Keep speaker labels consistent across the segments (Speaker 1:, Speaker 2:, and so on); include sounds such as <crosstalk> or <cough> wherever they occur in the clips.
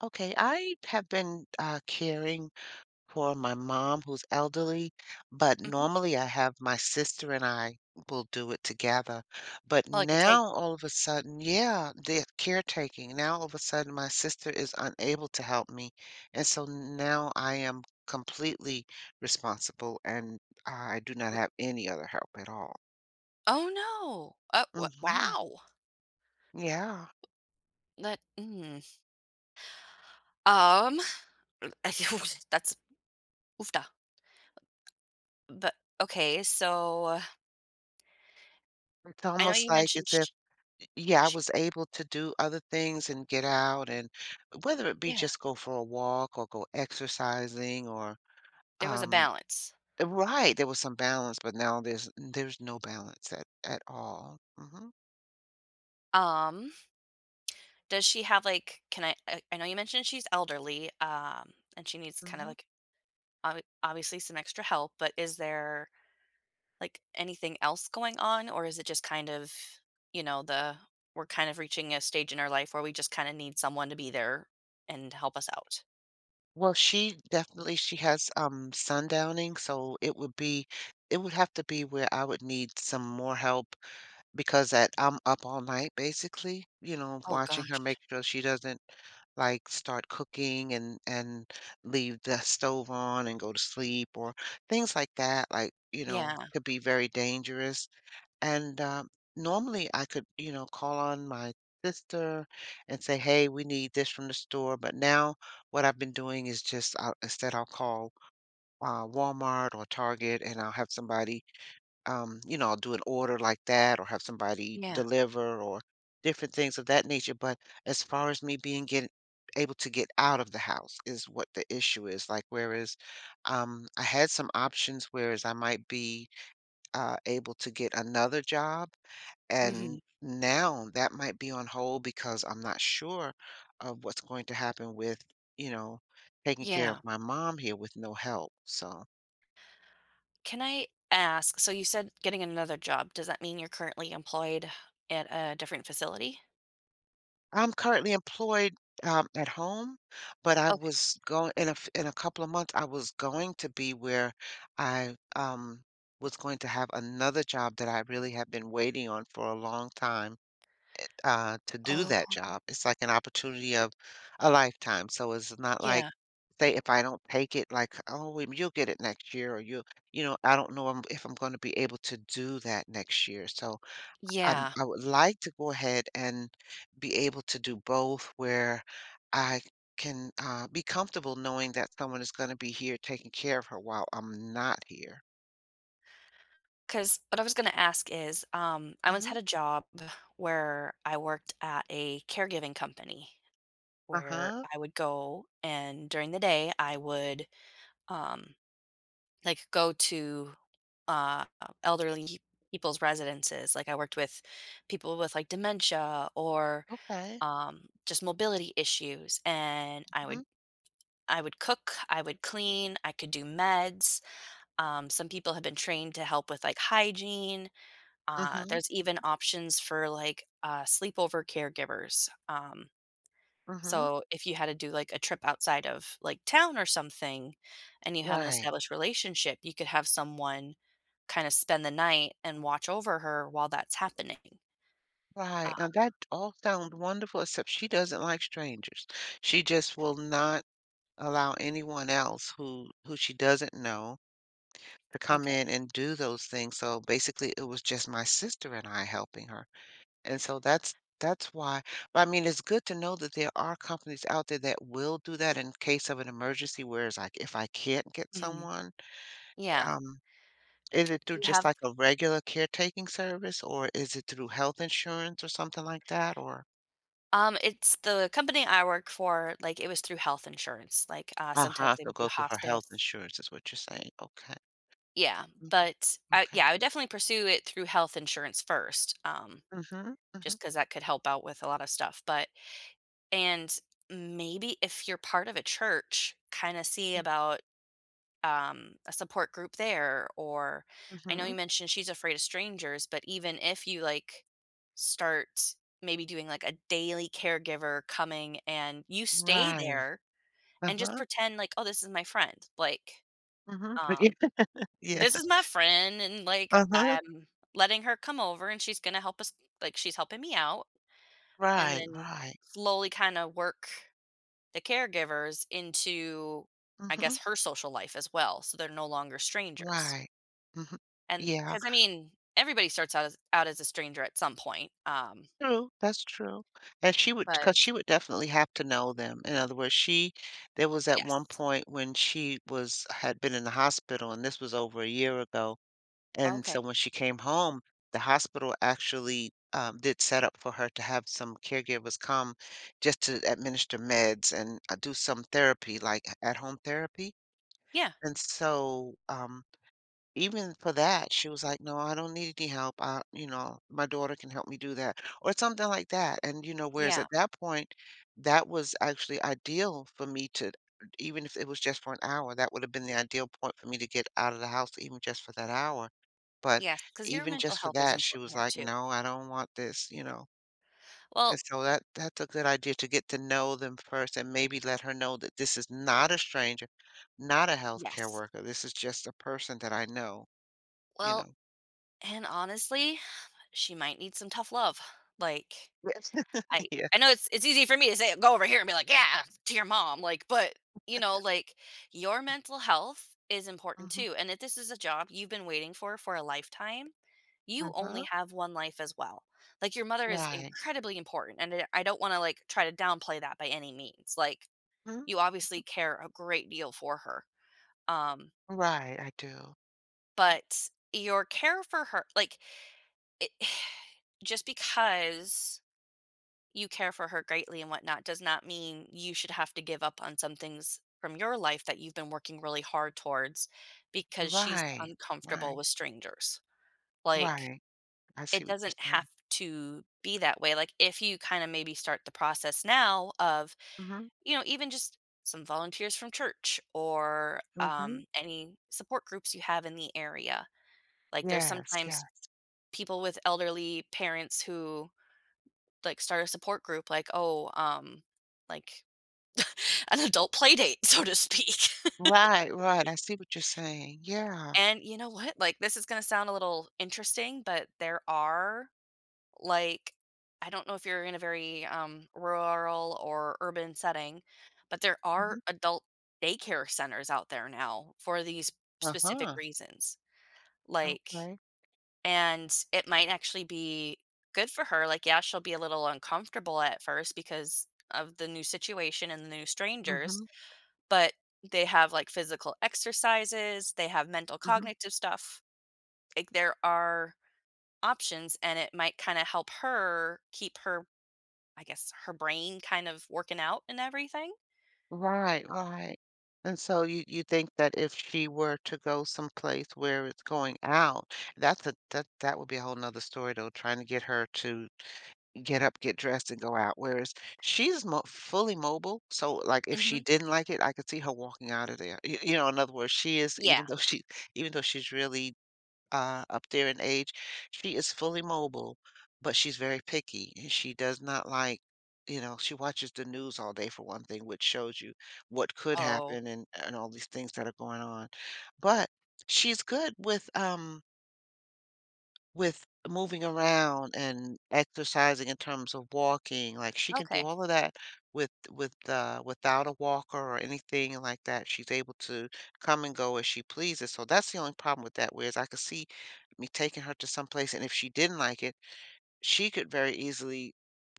Speaker 1: Okay, I have been caring for my mom who's elderly, but
Speaker 2: Mhm.
Speaker 1: normally I have my sister and I will do it together. But
Speaker 2: Like a take
Speaker 1: now all of a sudden, yeah, the caretaking. Now all of a sudden, my sister is unable to help me. And so now I am completely responsible and I do not have any other help at all.
Speaker 2: oh, no. Oh, w
Speaker 1: hmm
Speaker 2: wow.
Speaker 1: Yeah.
Speaker 2: That mm. Um, <laughs> that's oofta. But, okay, so
Speaker 1: It's
Speaker 2: I know
Speaker 1: almost
Speaker 2: you
Speaker 1: like
Speaker 2: mentioned
Speaker 1: it's.
Speaker 2: sh
Speaker 1: Yeah, I
Speaker 2: she
Speaker 1: was able to do other things and get out and whether it be
Speaker 2: yeah,
Speaker 1: just go for a walk or go exercising or
Speaker 2: there was a
Speaker 1: um
Speaker 2: balance.
Speaker 1: right, there was some balance, but now there's no balance at all.
Speaker 2: Um, does she have, like can I know you mentioned she's elderly, and she needs kind of,
Speaker 1: Hmm
Speaker 2: like, ob obviously some extra help, but is there like anything else going on, or is it just kind of the we're kind of reaching a stage in our life where we just kind of need someone to be there and help us out.
Speaker 1: Well, she definitely she has sundowning, so it would be it would have to be where I would need some more help. Because that I'm up all night basically, you know,
Speaker 2: Oh
Speaker 1: watching her,
Speaker 2: gosh.
Speaker 1: make sure she doesn't, like, start cooking and leave the stove on and go to sleep or things like that, like, you know,
Speaker 2: Yeah.
Speaker 1: could be very dangerous, and, normally I could, you know, call on my sister and say, "Hey, we need this from the store," but now what I've been doing is just I'll instead I'll call, Walmart or Target, and I'll have somebody you know, I'll do an order like that or have somebody
Speaker 2: Yeah.
Speaker 1: deliver or different things of that nature. But as far as me being get, able to get out of the house is what the issue is. Like, whereas I had some options, whereas I might be able to get another job.
Speaker 2: Hmm.
Speaker 1: And now that might be on hold because I'm not sure of what's going to happen with, you know, taking care of
Speaker 2: Yeah,
Speaker 1: my mom here with no help. So.
Speaker 2: can I ask, so you said getting another job, does that mean you're currently employed at a different facility?
Speaker 1: I'm currently employed, at home, but I
Speaker 2: Okay.
Speaker 1: was going in a f in a couple of months, I was going to be where I, was going to have another job that I really have been waiting on for a long time, to do that
Speaker 2: Oh.
Speaker 1: job. It's like an opportunity of a lifetime, so it's not like,
Speaker 2: Yeah.
Speaker 1: say, if I don't take it, like, "Oh, you'll get it next year," or, you know, I don't know, if I'm gonna be able to do that next year, so I'm
Speaker 2: Yeah,
Speaker 1: I would like to go ahead and be able to do both where I can be comfortable knowing that someone is going to be here taking care of her while I'm not here.
Speaker 2: because what I was going to ask is, I once had
Speaker 1: hmm
Speaker 2: a job where I worked at a caregiving company where
Speaker 1: Uh-huh.
Speaker 2: I would go, and during the day I would um like go to uh elderly people's residences. Like I worked with people with like dementia or
Speaker 1: Okay.
Speaker 2: just mobility issues, and I would
Speaker 1: hmm
Speaker 2: I would cook, I would clean, I could do meds. Some people have been trained to help with like hygiene.
Speaker 1: hmm
Speaker 2: There's even options for like sleepover caregivers.
Speaker 1: hmm
Speaker 2: So, if you had to do, like, a trip outside of, like, town or something, and you have an
Speaker 1: Right.
Speaker 2: established relationship, you could have someone kinda spend the night and watch over her while that's happening.
Speaker 1: Right.
Speaker 2: Uh.
Speaker 1: And that all sounds wonderful, except she doesn't like strangers. She just will not allow anyone else who she doesn't know to come
Speaker 2: Okay.
Speaker 1: in and do those things. So basically, it was just my sister and I helping her. And so that's why. But I mean, it's good to know that there are companies out there that will do that in case of an emergency, whereas like if I can't get
Speaker 2: Mhm.
Speaker 1: someone,
Speaker 2: Yeah.
Speaker 1: um, is
Speaker 2: Do
Speaker 1: it through
Speaker 2: you
Speaker 1: just
Speaker 2: have
Speaker 1: like a regular caretaking service or is it through health insurance or something like that? Or
Speaker 2: it's the company I work for, like, it was through health insurance, like,
Speaker 1: I'll
Speaker 2: sometimes
Speaker 1: have
Speaker 2: they
Speaker 1: to
Speaker 2: would do
Speaker 1: go through her health
Speaker 2: hospice.
Speaker 1: insurance is what you're saying. Okay.
Speaker 2: Yeah,
Speaker 1: Mm.
Speaker 2: but I
Speaker 1: Okay.
Speaker 2: yeah, I would definitely pursue it through health insurance first,
Speaker 1: Mm-hmm. Mm-hmm.
Speaker 2: just because that could help out with a lot of stuff. But and maybe if you're part of a church, kind of see
Speaker 1: Mm.
Speaker 2: about a support group there. Or I know
Speaker 1: Mm-hmm.
Speaker 2: you mentioned she's afraid of strangers, but even if you like start maybe doing like a daily caregiver coming and you stay
Speaker 1: Right.
Speaker 2: there and just
Speaker 1: Uh-huh.
Speaker 2: pretend like, oh, this is my friend. Like,
Speaker 1: Mm-hmm.
Speaker 2: um,
Speaker 1: <laughs> Yeah.
Speaker 2: this
Speaker 1: Yeah.
Speaker 2: is my friend. And like,
Speaker 1: Uh-huh.
Speaker 2: I'm letting her come over and she's going to help us. Like, she's helping me out. And
Speaker 1: Right.
Speaker 2: then
Speaker 1: Right.
Speaker 2: slowly kind of work the caregivers into, I
Speaker 1: Mm-hmm.
Speaker 2: guess, her social life as well, so they're no longer strangers.
Speaker 1: Right. Mm-hmm.
Speaker 2: And
Speaker 1: Yeah.
Speaker 2: because I mean, everybody starts out as a stranger at some point,
Speaker 1: True, that's true. And she would, because she
Speaker 2: but
Speaker 1: would definitely have to know them. In other words, she there was at
Speaker 2: yes.
Speaker 1: one point when she was had been in the hospital, and this was over a year ago, and
Speaker 2: Okay.
Speaker 1: so when she came home, the hospital actually, did set up for her to have some caregivers come just to administer meds and, do some therapy, like, at-home therapy.
Speaker 2: Yeah,
Speaker 1: And so, even for that, she was like, "No, I don't need any help. I you know, my daughter can help me do that," or something like that, and, you know, whereas
Speaker 2: yeah,
Speaker 1: at that point, that was actually ideal for me to even if it was just for an hour, that would have been the ideal point for me to get out of the house even just for that hour, but
Speaker 2: yes, because your
Speaker 1: even
Speaker 2: mental
Speaker 1: just for
Speaker 2: health is
Speaker 1: that, she
Speaker 2: important
Speaker 1: was
Speaker 2: here
Speaker 1: like,
Speaker 2: too.
Speaker 1: "No, I don't want this," you know, and
Speaker 2: Well,
Speaker 1: so that's a good idea to get to know them first and maybe let her know that this is not a stranger, not a healthcare
Speaker 2: yes.
Speaker 1: worker, this is just a person that I know. You
Speaker 2: Well,
Speaker 1: know?
Speaker 2: and honestly, she might need some tough love, like
Speaker 1: Yes. <laughs>
Speaker 2: I
Speaker 1: Yeah.
Speaker 2: I know it's easy for me to say, "Go over here," and be like, "Yeah," to your mom, like, but, you know, like, your mental health is important
Speaker 1: Mhm.
Speaker 2: too, and if this is a job you've been waiting for a lifetime, you only
Speaker 1: Mhm.
Speaker 2: have 1 life as well. Like, your mother is
Speaker 1: Right.
Speaker 2: incredibly important, and I don't wanna, like, try to downplay that by any means, like,
Speaker 1: Mhm.
Speaker 2: you obviously care a great deal for her, um,
Speaker 1: Right, I do. Mm.
Speaker 2: but your care for her like, it <sighs> just because you care for her greatly and whatnot does not mean you should have to give up on some things from your life that you've been working really hard towards because she's
Speaker 1: Right.
Speaker 2: uncomfortable
Speaker 1: Right.
Speaker 2: with strangers. Like,
Speaker 1: Right. I
Speaker 2: it
Speaker 1: see what you're
Speaker 2: doesn't have
Speaker 1: saying.
Speaker 2: to be that way. Like, if you kind of maybe start the process now of,
Speaker 1: Mhm.
Speaker 2: you know, even just some volunteers from church or
Speaker 1: Mhm.
Speaker 2: any support groups you have in the area. Like, there's
Speaker 1: Yes,
Speaker 2: sometimes
Speaker 1: yeah.
Speaker 2: people with elderly parents who like start a support group, like, oh, like an adult play date, so to speak. <laughs>
Speaker 1: Right, right, I see what you're saying. Yeah.
Speaker 2: And you know what? Like, this is going to sound a little interesting, but there are like, I don't know if you're in a very rural or urban setting, but there are
Speaker 1: Mhm.
Speaker 2: adult daycare centers out there now for these specific
Speaker 1: Uh-huh.
Speaker 2: reasons. Like,
Speaker 1: Okay.
Speaker 2: and it might actually be good for her. Like, yeah, she'll be a little uncomfortable at first because of the new situation and the new strangers,
Speaker 1: Mhm.
Speaker 2: but they have, like, physical exercises, they have mental
Speaker 1: Mhm.
Speaker 2: cognitive stuff. Like, there are options, and it might kinda help her keep her I guess, her brain kind of working out and everything.
Speaker 1: Right, right. And so you think that if she were to go someplace where it's going out, that's a that that would be a whole whole 'nother story, though, trying to get her to get up, get dressed, and go out, whereas she's mo fully mobile, so, like, if she
Speaker 2: Mhm.
Speaker 1: didn't like it, I could see her walking out of there. Y you know, in other words, she is
Speaker 2: Yeah.
Speaker 1: even though she even though she's really, up there in age, she is fully mobile, but she's very picky, and she does not like. You know, she watches the news all day, for one thing, which shows you what could
Speaker 2: Oh,
Speaker 1: happen and all these things that are going on, but she's good with moving around and exercising in terms of walking, like, she can do
Speaker 2: okay.
Speaker 1: all of that with, without a walker or anything like that. She's able to come and go as she pleases, so that's the only problem with that, whereas I could see me taking her to some place, and if she didn't like it, she could very easily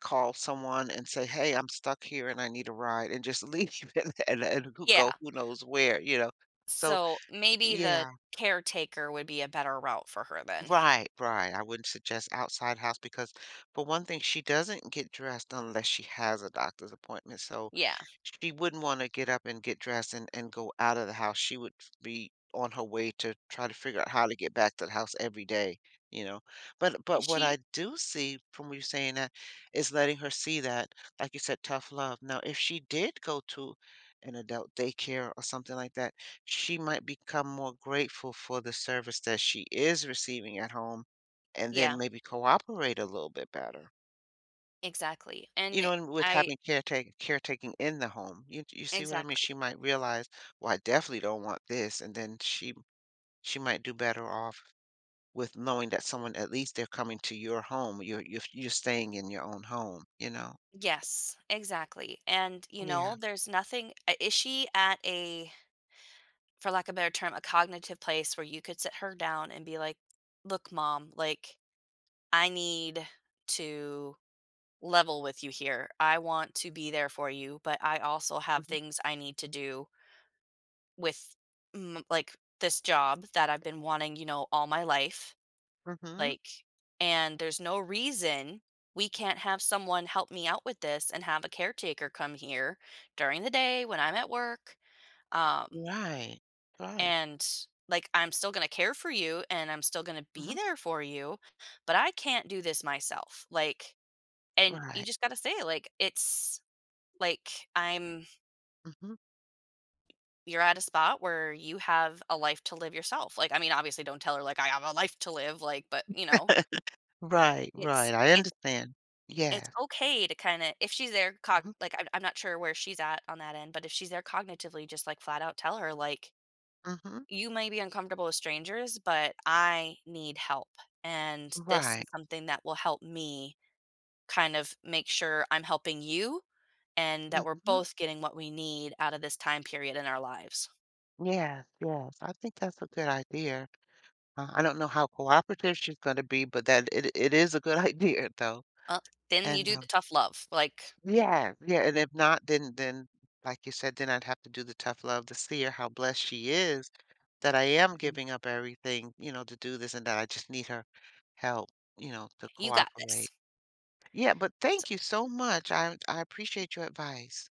Speaker 1: call someone and say, "Hey, I'm stuck here and I need a ride," and just leave <laughs> and who
Speaker 2: Yeah.
Speaker 1: go who knows where, you know? So
Speaker 2: So, maybe the
Speaker 1: yeah.
Speaker 2: caretaker would be a better route for her then.
Speaker 1: Right, right. I wouldn't suggest outside house because, for one thing, she doesn't get dressed unless she has a doctor's appointment. So,
Speaker 2: Yeah.
Speaker 1: she wouldn't wanna get up and get dressed and go out of the house. She would be on her way to try to figure out how to get back to the house every day, you know? But
Speaker 2: Is
Speaker 1: what I
Speaker 2: she
Speaker 1: do see from you saying that is letting her see that, like you said, tough love. Now if she did go to an adult daycare or something like that, she might become more grateful for the service that she is receiving at home and
Speaker 2: Yeah,
Speaker 1: then maybe cooperate a little bit better.
Speaker 2: exactly,
Speaker 1: You
Speaker 2: and
Speaker 1: know, and with
Speaker 2: I
Speaker 1: having caretake caretaking in the home, you see what I mean? She
Speaker 2: Exactly.
Speaker 1: might realize, "Well, I definitely don't want this," and then she might do better off with knowing that someone at least they're coming to your home, you're staying in your own home, you know?
Speaker 2: Yes, exactly, and, you
Speaker 1: Yeah.
Speaker 2: know, there's nothing I is she at a, for lack of a better term, a cognitive place where you could sit her down and be like, "Look, mom, like, I need to level with you here. I want to be there for you, but I also have
Speaker 1: Mhm,
Speaker 2: things I need to do." With, mm, like, this job that I've been wanting, you know, all my life,
Speaker 1: mhm.
Speaker 2: like, and there's no reason we can't have someone help me out with this and have a caretaker come here during the day when I'm at work, um,
Speaker 1: Right, right.
Speaker 2: and, like, I'm still gonna care for you and I'm still gonna be
Speaker 1: Mhm,
Speaker 2: there for you, but I can't do this myself, like and you
Speaker 1: right.
Speaker 2: just gotta say, like, it's like, I'm
Speaker 1: Mhm.
Speaker 2: you're at a spot where you have a life to live yourself. Like, I mean, obviously don't tell her like I have a life to live, like, but you know,
Speaker 1: <laughs> Right,
Speaker 2: it's
Speaker 1: right, I
Speaker 2: it's
Speaker 1: understand.
Speaker 2: it's
Speaker 1: Yes.
Speaker 2: okay to kind of if she's there cog
Speaker 1: Mhm,
Speaker 2: like I'm not sure where she's at on that end, but if she's there cognitively, just like flat out tell her like
Speaker 1: mhm.
Speaker 2: you may be uncomfortable with strangers, but I need help. And this
Speaker 1: Right.
Speaker 2: is something that will help me kind of make sure I'm helping you and that we're
Speaker 1: Mhm.
Speaker 2: both getting what we need out of this time period in our lives.
Speaker 1: Yes, yes, I think that's a good idea. I don't know how cooperative she's gonna be, but that it is a good <laughs> idea though.
Speaker 2: Well, then you
Speaker 1: And,
Speaker 2: do the tough love. Like
Speaker 1: yeah, yeah, and if not, then like you said, then I'd have to do the tough love to see her how blessed she is that I am
Speaker 2: Okay,
Speaker 1: giving up everything, you know, to do this and that I just need her help, you know, to
Speaker 2: you got this.
Speaker 1: cooperate. Yeah, but thank you so much. I appreciate your advice.